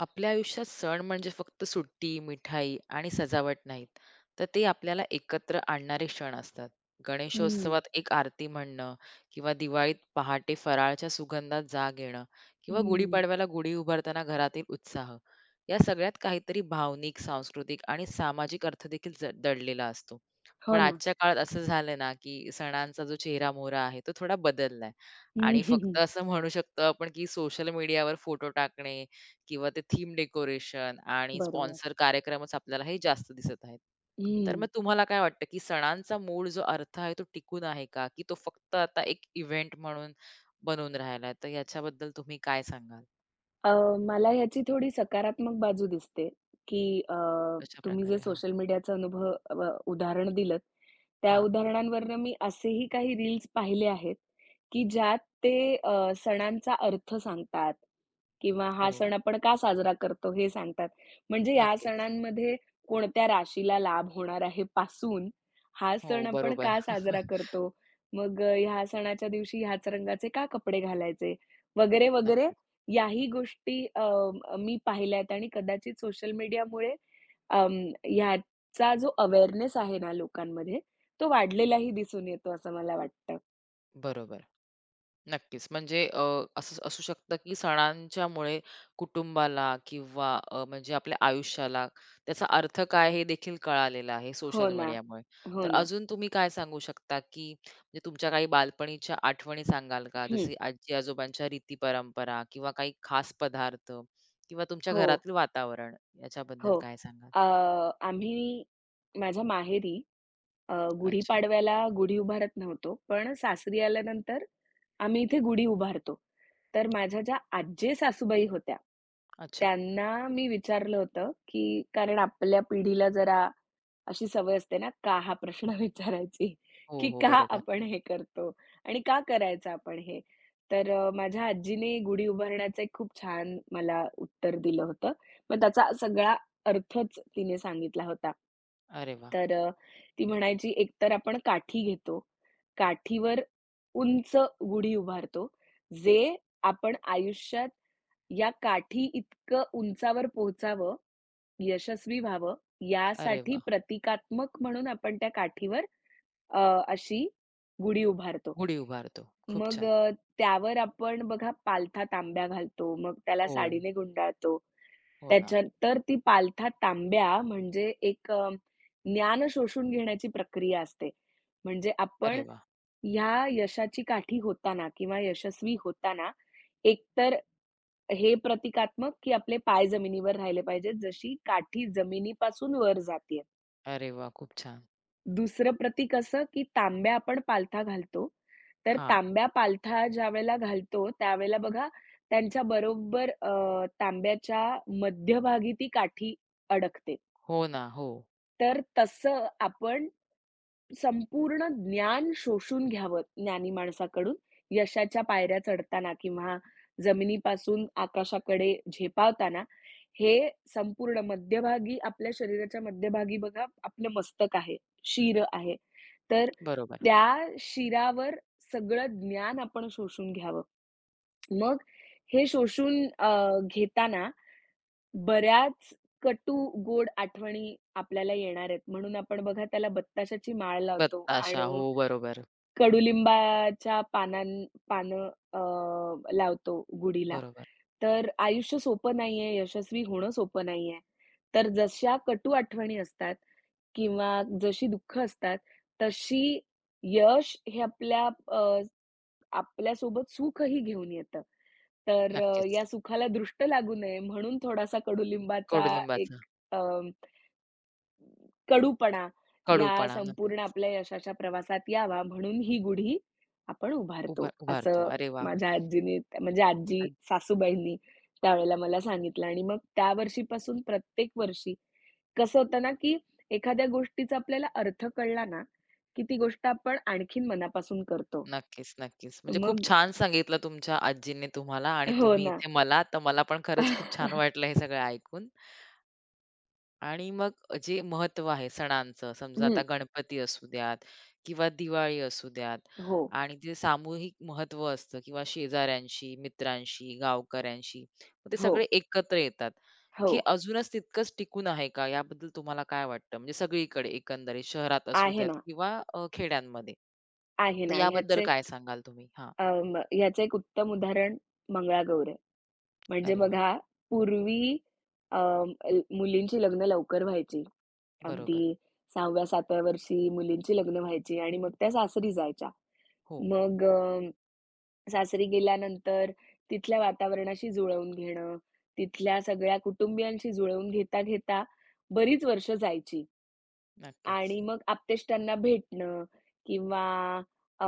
आपल्या आयुष्यात सण म्हणजे फक्त सुट्टी, मिठाई आणि सजावट नाहीत, तर ते आपल्याला एकत्र आणणारे क्षण असतात. हं, गणेशोत्सवात एक आरती म्हणणं किंवा दिवाळीत पहाटे फराळच्या सुगंधात जाग येणं किंवा हं. गुढीपाडव्याला गुढी उभारताना घरातील उत्साह, या सगळ्यात काहीतरी भावनिक, सांस्कृतिक आणि सामाजिक अर्थ देखील दडलेला असतो. पण हो ना. आजच्या काळात असं झालं ना की सणांचा जो चेहरा-मोहरा आहे तो थोडा बदललाय आणि हं. फक्त असं म्हणू शकतो आपण की सोशल मीडियावर फोटो टाकणे किंवा ते थीम डेकोरेशन आणि बरोबर. स्पॉन्सर कार्यक्रमच आपल्याला हे जास्त दिसत आहेत. तर मग हं. तुम्हाला काय वाटतं, की सणांचा मूळ जो अर्थ आहे, तो टिकून आहे का? की तो फक्त आता एक इव्हेंट म्हणून बनून राहिला आहे? तर याच्याबद्दल तुम्ही काय सांगाल? अ, मला ह्याची थोडी सकारात्मक बाजू दिसते, की तुम्ही जे कशाप्रकारे? हां, सोशल मीडियाचा अनुभव उदाहरण दिलंत, त्या हां. उदाहरणांवरनं मी असेही काही रील्स पाहिले आहेत, की ज्यात ते सणांचा अर्थ सांगतात किंवा हा अरे वाह! सण आपण का साजरा करतो हे सांगतात. म्हणजे या नक्कीच. सणांमध्ये कोणत्या राशीला लाभ होणार आहे पासून, हा हो, सण आपण बरोबर. का साजरा करतो? मग ह्या सणाच्या दिवशी ह्याच रंगाचे का कपडे घालायचे? वगैरे, वगैरे नक्कीच. याही गोष्टी मी पाहिल्यात आणि कदाचित सोशल मीडियामुळे अं, ह्याचा जो अवेअरनेस आहे ना लोकांमध्ये, तो वाढलेलाही दिसून येतो असं मला वाटतं. बरोबर. नक्कीच. म्हणजे असं असू शकतं, की सणांच्यामुळे कुटुंबाला किंवा म्हणजे आपल्या आयुष्याला त्याचा अर्थ काय हे देखील कळालेलं आहे हो सोशल ना. मीडियामुळे. हो तर ना. अजून तुम्ही काय सांगू शकता, की म्हणजे तुमच्या काही बालपणीच्या आठवणी सांगाल का? हं. जसे आजी-आजोबांच्या रीती परंपरा किंवा काही खास पदार्थ किंवा तुमच्या हो, घरातील वातावरण हो. याच्याबद्दल काय सांगाल? अ, आम्ही माझ्या माहेरी अच्छा, गुढीपाडव्याला गुढी उभारत नव्हतो, पण सासरी आल्यानंतर आम्ही इथे गुढी उभारतो. तर माझ्या ज्या आज्जे सासूबाई होत्या, अच्छा. त्यांना मी विचारलं होतं, की कारण आपल्या पिढीला जरा अशी सवय असते ना, "का?" हा प्रश्न विचारायची, हो, की हो. का बरोबर. आपण हे करतो आणि का करायचं आपण हे? तर माझ्या आजीने गुढी उभारण्याचं एक खूप छान मला उत्तर दिलं होतं. मग त्याचा सगळा अर्थच तिने सांगितला होता. अरे वाह! तर ती म्हणायची, "एकतर आपण काठी घेतो. काठीवर उंच गुढी उभारतो. जे आपण आयुष्यात या काठी इतकं उंचावर पोहोचावं यशस्वी व्हावं अरे यासाठी वाह! प्रतिकात्मक म्हणून आपण त्या काठीवर अ, अशी गुढी उभारतो. गुढी उभारतो. खूप मग छान. त्यावर आपण बघा पालथा तांब्या घालतो, मग त्याला हो, साडीने गुंडाळतो. हो ना. त्याच्या तर ती पालथा तांब्या म्हणजे एक ज्ञान शोषून घेण्याची प्रक्रिया असते. म्हणजे अरे आपण वाह! ह्या यशाची काठी होताना किंवा यशस्वी होताना एकतर हे प्रतिकात्मक, की आपले पाय जमिनीवर राहिले पाहिजेत, जशी काठी जमिनीपासून वर जातीये. अरे वाह! खूप छान. दुसरं प्रतीक असं, की तांब्या आपण पालथा घालतो. तर हां. तांब्या पालथा ज्यावेळेला घालतो, त्यावेळेला बघा त्यांच्या बरोबर तांब्याच्या मध्यभागी ती काठी अडकते. हो ना. हो. तर तसं आपण संपूर्ण ज्ञान शोषून घ्यावं ज्ञानी माणसाकडून, यशाच्या पायऱ्या चढताना किंवा जमिनीपासून आकाशाकडे झेपावताना, हे संपूर्ण मध्यभागी आपल्या शरीराच्या मध्यभागी बघा आपलं मस्तक आहे, शिर आहे. तर बरोबर. त्या शिरावर सगळं ज्ञान आपण शोषून घ्यावं. मग हे शोषून घेताना बऱ्याच कटू, गोड आठवणी आपल्याला येणार आहेत. म्हणून आपण बघा त्याला बत्ताशाची माळ लावतो बत्ताशा. हो, आणि बरोबर. कडुलिंबाच्या पानं लावतो गुढीला. बरोबर. तर आयुष्य सोपं नाहीये, यशस्वी होणं सोपं नाहीये. तर जशा कटू आठवणी असतात किंवा जशी दुःख असतात, तशी यश हे आपल्या अ, आपल्यासोबत सुखही घेऊन येतं. तर नक्कीच. या सुखाला दृष्ट लागू नये म्हणून थोडासा कडुलिंबाचा एक कडुलिंबाचा कडूपणा या कडूपणा संपूर्ण नक्कीच आपल्या यशाच्या प्रवासात यावा म्हणून ही गुढी आपण उभा उभारतो, उभारतो. असं अरे वाह! माझ्या आजीनी म्हणजे आजी अग सासूबाईंनी त्यावेळेला मला सांगितलं आणि मग त्या वर्षीपासून प्रत्येक वर्षी कसं होतं ना, की एखाद्या गोष्टीचा आपल्याला अर्थ कळला ना, की ती गोष्ट आपण आणखीन मनापासून करतो. नक्कीच, नक्कीच. म्हणजे खूप मग छान सांगितलं तुमच्या आजींनी तुम्हाला आणि हो तुम्ही ना. इथे मला, तर मला पण खरंच खूप छान वाटलं हे सगळं ऐकून. आणि मग जे महत्त्व आहे सणांचं, समजा आता हं. गणपती असू द्यात किंवा दिवाळी असू द्यात हो, आणि जे सामूहिक महत्त्व असतं किंवा शेजाऱ्यांशी, मित्रांशी, गावकऱ्यांशी, मग ते हो, सगळे एकत्र येतात. हो. हे अजूनच तितकंच टिकून आहे का? याबद्दल तुम्हाला काय वाटतं? म्हणजे सगळीकडे एकंदरीत शहरात असू आहे द्यात ना, किंवा खेड्यांमध्ये. आहे तर ना. याबद्दल काय सांगाल तुम्ही? हां. अ, ह्याचं एक उत्तम उदाहरण मंगळागौर आहे. म्हणजे अरे वाह! बघा, पूर्वी अ, ल मुलींची लग्न लवकर व्हायची. अगदी बरोबर. 6व्या-7व्या वर्षी मुलींची लग्न व्हायची आणि मग त्या सासरी जायच्या. हो, मग सासरी गेल्यानंतर तिथल्या वातावरणाशी जुळवून घेणं, तिथल्या सगळ्या कुटुंबियांशी जुळवून घेता-घेता बरीच वर्ष जायची. नक्कीच. आणि मग आप्तेष्टांना भेटणं किंवा अ,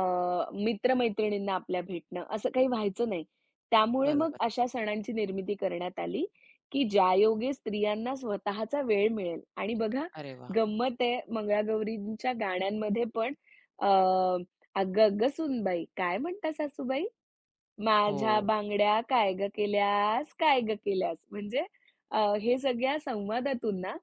मित्र-मैत्रिणींना आपल्या भेटणं, असं काही व्हायचं नाही. त्यामुळे मग बरोबर. अशा सणांची निर्मिती करण्यात आली, की ज्यायोगे स्त्रियांना स्वतःचा वेळ मिळेल आणि बघा अरे वाह! गंमत आहे मंगळागौरींच्या गाण्यांमध्ये पण अ, "अगं, अगं सूनबाई, काय म्हणता सासूबाई? माझ्या हो. बांगड्या काय गं केल्यास, काय गं केल्यास?" म्हणजे हे सगळ्या संवादातून ना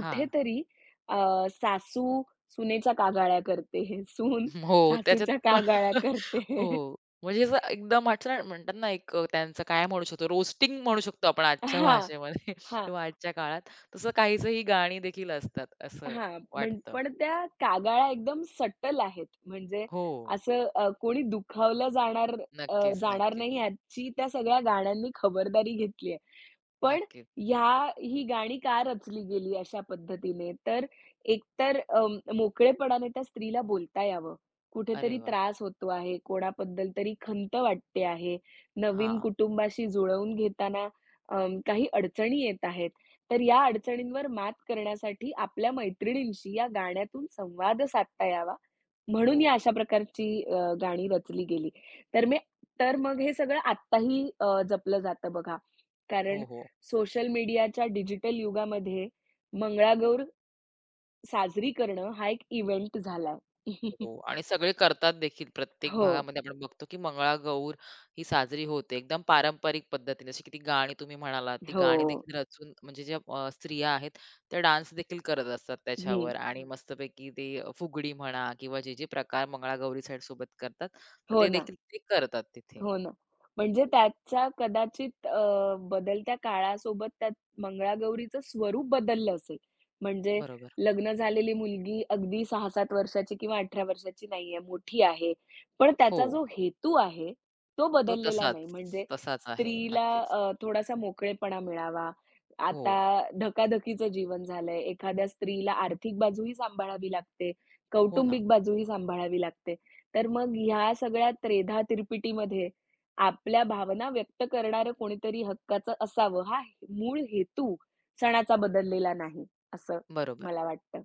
हां. अ, सासू सुनेच्या कागाळ्या करते सून हो, त्याच्यात सासूच्या कागाळ्या करते हो. हे. म्हणजे असं एकदम आठवण म्हणतात ना, एक त्यांचं काय म्हणू शकतो, रोस्टिंग म्हणू शकतो आपण आजच्या हां, भाषेमध्ये हां, किंवा आजच्या काळात. तसं काहीसं ही गाणी देखील असतात, असं हां. वाटतं. पण त्या कागाळ्या एकदम सटल आहेत. म्हणजे हो. असं कोणी दुखावलं अ, नक्कीच, जाणार नक्कीच, नाही याची त्या सगळ्या गाण्यांनी खबरदारी घेतली आहे. पण नक्कीच. ह्या ही गाणी का रचली गेली अशा पद्धतीने? तर एकतर मोकळेपणाने त्या स्त्रीला बोलता यावं. अरे कुठेतरी वाह! त्रास होतो आहे, कोणाबद्दल तरी खंत वाटते आहे, नवीन हां. कुटुंबाशी जुळवून घेताना काही अडचणी येत आहेत. तर या अडचणींवर मात करण्यासाठी आपल्या मैत्रिणींशी या गाण्यातून संवाद साधता यावा म्हणून हो. ही अशा प्रकारची गाणी रचली गेली. तर मी तर मग हे सगळं आत्ताही जपलं जातं बघा. कारण हो, हो. सोशल मीडियाच्या डिजिटल युगामध्ये मंगळागौर साजरी करणं हा एक इव्हेंट झालाय. हो आणि सगळे करतात देखील. प्रत्येक हो, भागामध्ये आपण बघतो, की मंगळागौर ही साजरी होते एकदम पारंपरिक पद्धतीने. जशी की ती गाणी तुम्ही म्हणालात, ती हो. गाणी देखील रचून म्हणजे ज्या स्त्रिया आहेत, त्या डान्स देखील करत असतात हं. त्याच्यावर आणि मस्तपैकी ते फुगडी म्हणा किंवा जे जे प्रकार मंगळागौरी साइड सोबत करतात, तर हो ते ना. देखील ते करतात तिथे. हो ना. म्हणजे त्याचा कदाचित बदलत्या काळासोबत त्यात मंगळागौरीचं स्वरूप बदललं असेल. म्हणजे बरोबर. लग्न झालेली मुलगी अगदी 6-7 वर्षाची किंवा 18 वर्षाची नाहीये, मोठी आहे. पण हो, त्याचा जो हेतू आहे, तो तो बदललेला तसाच, नाही. म्हणजे तसाच आहे. स्त्रीला नक्कीच. थोडासा मोकळेपणा मिळावा. हो, आता धकाधकीचं जीवन झालंय. एखाद्या स्त्रीला आर्थिक बाजूही सांभाळावी लागते, हो ना. कौटुंबिक बाजूही सांभाळावी लागते. तर मग ह्या सगळ्या त्रेधा-तिरपिटीमध्ये आपल्या भावना व्यक्त करणारं कोणीतरी हक्काचं असावं, हा मूळ हेतू सणाचा बदललेला नाही, असं बरोबर. मला वाटतं.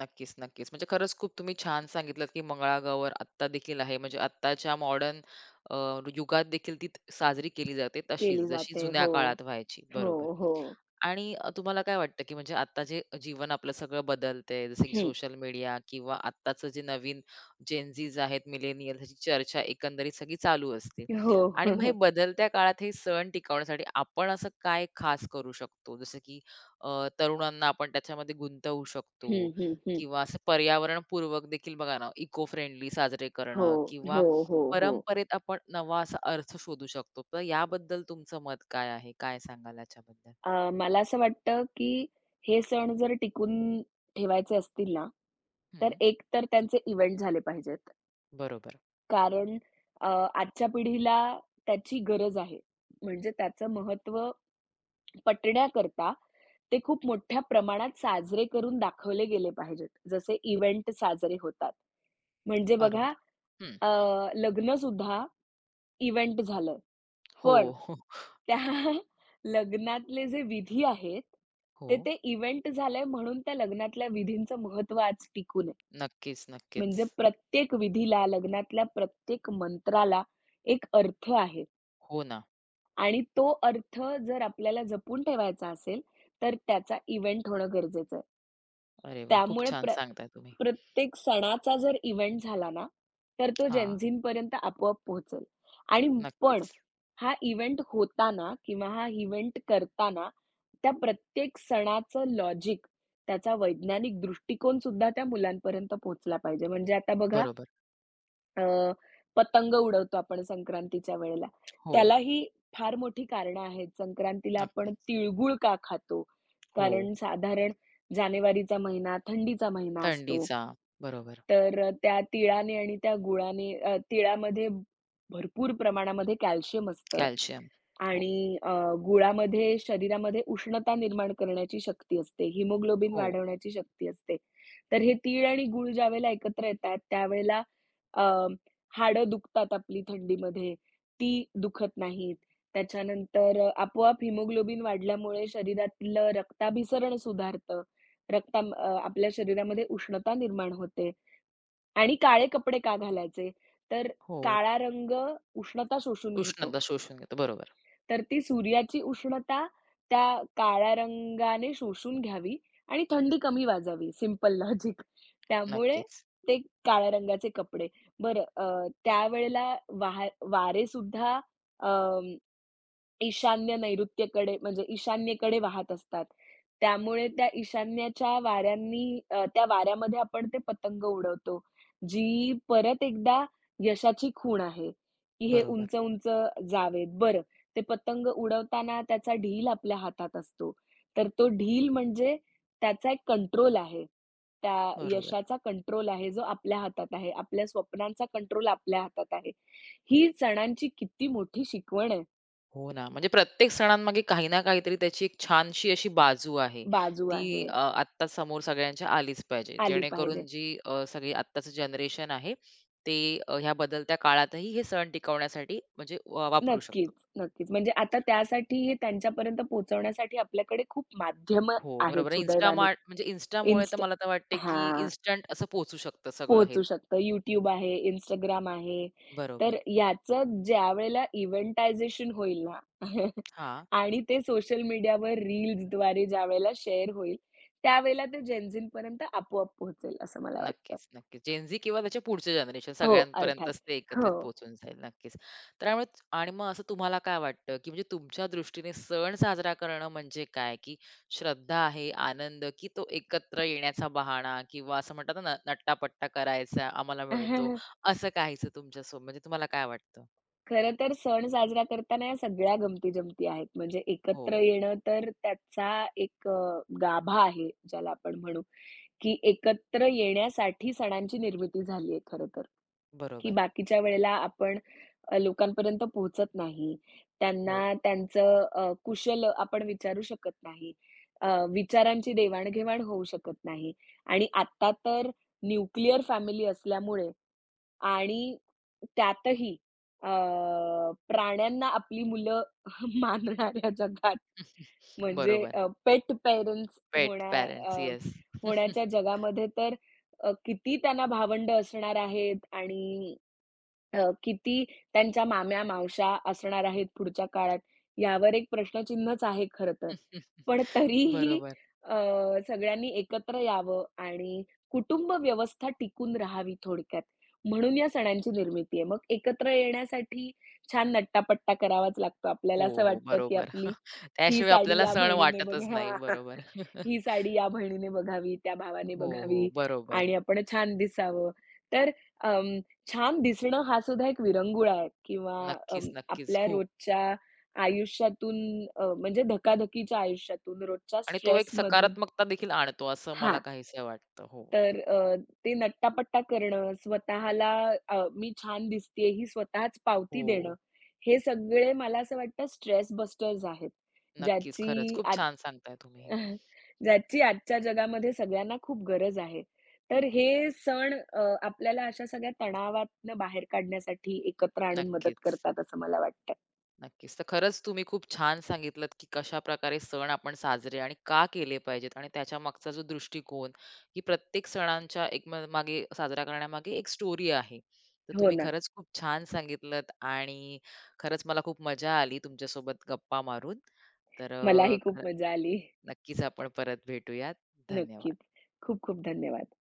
नक्कीच, नक्कीच. म्हणजे खरंच खूप तुम्ही छान सांगितलत, की मंगळागौर आत्ता देखील आहे. म्हणजे आत्ताच्या मॉडर्न अ, युगात देखील ती साजरी केली जाते तशीच, केली जशी जाते. जुन्या हो, काळात व्हायची. हो, बरोबर. हो. आणि तुम्हाला काय वाटतं, की म्हणजे आता जे जीवन आपलं सगळं बदलतंय, जसं की हं. सोशल मीडिया किंवा आत्ताचं जे नवीन जेनझीज आहेत, मिलेनियल्स ह्याची चर्चा एकंदरीत सगळी चालू असते. हो. आणि मग हे बदलत्या काळात हे सण टिकवण्यासाठी आपण असं काय खास करू शकतो? जसं की तरुणांना आपण त्याच्यामध्ये गुंतवू शकतो हं, हं, हं. किंवा असं पर्यावरणपूर्वक देखील बघा ना, इको फ्रेंडली साजरे हो, करणं किंवा हो, हो, हो. परंपरेत आपण नवा असा अर्थ शोधू शकतो. तर याबद्दल तुमचं मत काय आहे? काय सांगाल याच्याबद्दल? मला असं वाटतं, की हे सण जर टिकून ठेवायचे असतील ना, तर हं, एक तर त्यांचे इव्हेंट झाले पाहिजेत. बरोबर, कारण अ, आजच्या पिढीला त्याची गरज आहे. म्हणजे त्याचं महत्त्व पटण्याकरता ते खूप मोठ्या प्रमाणात साजरे करून दाखवले गेले पाहिजेत. जसे इव्हेंट साजरे होतात. म्हणजे बघा बरोबर. हं, अ, लग्नसुद्धा इव्हेंट झालं. हो, पण हो, त्या लग्नातले जे विधी आहेत, हो. ते ते इव्हेंट झालंय म्हणून त्या लग्नातल्या विधींचं महत्त्व आज टिकून आहे. नक्कीच, नक्कीच. म्हणजे प्रत्येक विधीला, लग्नातल्या प्रत्येक मंत्राला एक अर्थ आहे. हो ना. आणि तो अर्थ जर आपल्याला जपून ठेवायचा असेल, तर त्याचा इव्हेंट होणं गरजेचं आहे. अरे वा, खूप त्यामुळे छान सांगताय तुम्ही. प्रत्येक सणाचा जर इव्हेंट झाला ना, तर तो जेन हां, झींपर्यंत आपोआप पोहोचेल. आणि पण नक्कीच. हा इव्हेंट होताना किंवा हा इव्हेंट करताना त्या प्रत्येक सणाचं लॉजिक, त्याचा वैज्ञानिक दृष्टिकोन सुद्धा त्या मुलांपर्यंत पोहोचला पाहिजे. म्हणजे आता बघा बरोबर. अ, पतंग उडवतो आपण संक्रांतीच्या वेळेला. हो, त्यालाही फार मोठी कारणं आहेत. संक्रांतीला आपण नक्कीच. तिळगुळ का खातो? हो, कारण साधारण जानेवारीचा महिना थंडीचा महिना असतो. थंडीचा. बरोबर. तर त्या तिळाने आणि त्या गुळाने तिळामध्ये भरपूर प्रमाणामध्ये कॅल्शियम असतं. कॅल्शियम. हो, आणि गुळामध्ये शरीरामध्ये उष्णता निर्माण करण्याची शक्ती असते, हिमोग्लोबिन हो, वाढवण्याची शक्ती असते. तर हे तीळ आणि गूळ ज्यावेळेला एकत्र येतात, त्यावेळेला अ, हाडं दुखतात आपली थंडीमध्ये, ती दुखत नाहीत. त्याच्यानंतर आपोआप हिमोग्लोबिन वाढल्यामुळे शरीरातलं रक्ताभिसरण सुधारतं. रक्ता आपल्या शरीरामध्ये उष्णता निर्माण होते. आणि काळे कपडे का घालायचे? तर हो. काळा रंग उष्णता शोषून घेतो. उष्णता शोषून घेतो. बरोबर. तर ती सूर्याची उष्णता त्या काळ्या रंगाने शोषून घ्यावी आणि थंडी कमी वाजावी. Simple logic. त्यामुळे नक्कीच. ते काळ्या रंगाचे कपडे. बरं त्यावेळेला वाहा वारेसुद्धा अ, ईशान्य नैऋत्येकडे म्हणजे ईशान्येकडे वाहत असतात. त्यामुळे त्या ईशान्येच्या वाऱ्यांनी त्या वाऱ्यामध्ये आपण ते पतंग उडवतो. जी परत एकदा यशाची खूण आहे, की हे बरोबर. उंच-उंच जावेत. बरं, ते पतंग उडवताना त्याचा ढील आपल्या हातात असतो. तर तो ढील म्हणजे त्याचा एक कंट्रोल आहे. त्या बरोबर. यशाचा कंट्रोल आहे, जो आपल्या हातात आहे. आपल्या स्वप्नांचा कंट्रोल आपल्या हातात आहे. ही सणांची किती मोठी शिकवण आहे. हो ना, म्हणजे प्रत्येक सणांमागे काही ना काहीतरी त्याची एक छानशी अशी बाजू आहे. बाजू ती आहे, आत्ता समोर सगळ्यांच्या आलीच पाहिजे. आली पाहिजे. जेणेकरून जी सगळी आत्ताचं जनरेशन आहे, ते ह्या बदलत्या काळातही हे सण टिकवण्यासाठी म्हणजे वापरू नक्कीच, शकतात. नक्कीच. म्हणजे आता त्यासाठी हे त्यांच्यापर्यंत पोहोचवण्यासाठी आपल्याकडे खूप माध्यम हो, बरोबर आहेत आहे. सुदैवाने. Instamart म्हणजे Instaमुळे तर इन्स्ट मला तर वाटते, की हां, इन्स्टंट असं पोहचू शकतं सगळं हे. पोहोचू शकतं. YouTube आहे, Instagram आहे. तर बरोबर. याचं ज्यावेळेला इव्हेंटायझेशन होईल ना हां. आणि ते सोशल मीडियावर रील्सद्वारे ज्यावेळेला शेअर होईल, त्यावेळेला ते जेन झींपर्यंत आपोआप पोहोचेल असं मला वाटतं. नक्कीच, नक्कीच. जेन झी किंवा त्याच्या पुढचे जनरेशन हो, अर्थात. सगळ्यांपर्यंतच ते एकत्रित हो. पोहोचून जाईल. नक्कीच. तर त्यामुळे आणि मग असं तुम्हाला काय वाटतं, की म्हणजे तुमच्या दृष्टीने सण साजरा करणं म्हणजे काय? की श्रद्धा आहे, आनंद, की तो एकत्र येण्याचा बहाणा किंवा असं म्हणतात ना, नट्टापट्टा करायचा आम्हाला मिळतो, असं काहीसं तुमच्यासोबत म्हणजे तुम्हाला काय वाटतं? खरं तर सण साजरा करताना या सगळ्या गमती-जमती आहेत. म्हणजे हो, एकत्र येणं तर त्याचा एक गाभा आहे, ज्याला आपण म्हणू, की एकत्र येण्यासाठी सणांची निर्मिती झाली आहे खरं तर. की बरोबर. बाकीच्या वेळेला आपण लोकांपर्यंत पोहोचत नाही. हो. त्यांना त्यांचं कुशल आपण विचारू शकत नाही. विचारांची देवाण-घेवाण होऊ शकत नाही आणि आत्ता तर न्यूक्लिअर फॅमिली असल्यामुळे आणि त्यातही अ, प्राण्यांना आपली मुलं मानणाऱ्या जगात म्हणजे बरोबर. Pet parents pet parents. Uh, yes. होण्याच्या जगामध्ये तर किती त्यांना भावंड असणार आहेत आणि किती त्यांच्या माम्या-मावश्या असणार आहेत पुढच्या काळात, यावर एक प्रश्नचिन्हच आहे खरं तर. पण तरीही बरोबर. अ, सगळ्यांनी एकत्र यावं आणि कुटुंब व्यवस्था टिकून राहावी थोडक्यात, म्हणून या सणांची निर्मिती आहे. मग एकत्र येण्यासाठी छान नट्टापट्टा करावाच लागतो हो, आपल्याला. असं हो. वाटतं, की बरोबर. आपली ही त्याशिवाय साडी आपल्याला या सण बहिणीने वाटतच बघा, नाही. बरोबर. ही साडी या बहिणीने बघावी, त्या भावाने हो, हो. बघावी बरोबर. आणि आपण छान दिसावं. तर अं, छान दिसणं हा सुद्धा एक विरंगुळा आहे किंवा नक्कीच, अं, नक्कीच. आपल्या खूप रोजच्या आयुष्यातून म्हणजे धकाधकीच्या आयुष्यातून, रोजच्या आणि तो एक स्ट्रेसमधून सकारात्मकता देखील आणतो असं मला हां, काहीसं वाटतं. हो. तर ते नट्टापट्टा करणं, स्वतःला मी छान दिसतेय ही स्वतःच पावती देणं, हो. हे सगळे मला असं वाटतं स्ट्रेस बस्टर्स आहेत. नक्कीच. खरंच ज्याची खूप छान सांगताय तुम्ही हे. ज्याची आजच्या जगामध्ये सगळ्यांना खूप गरज आहे. तर हे सण आपल्याला अशा सगळ्या तणावातनं बाहेर काढण्यासाठी एकत्र आणून मदत नक्कीच. करतात असं मला वाटतं. नक्कीच. तर खरंच तुम्ही खूप छान सांगितलत, की कशाप्रकारे सण आपण साजरे आणि का केले पाहिजेत आणि त्याच्यामागचा जो दृष्टिकोन, की प्रत्येक सणांच्या एक मागे साजरा करण्यामागे एक स्टोरी आहे. तर हो तुम्ही ना. खरंच खूप छान सांगितलत आणि खरंच मला खूप मजा आली तुमच्यासोबत गप्पा मारून. तर अ, मलाही खूप ख मजा आली. नक्कीच आपण परत भेटूयात. नक्कीच. धन्यवाद. खूप खूप धन्यवाद.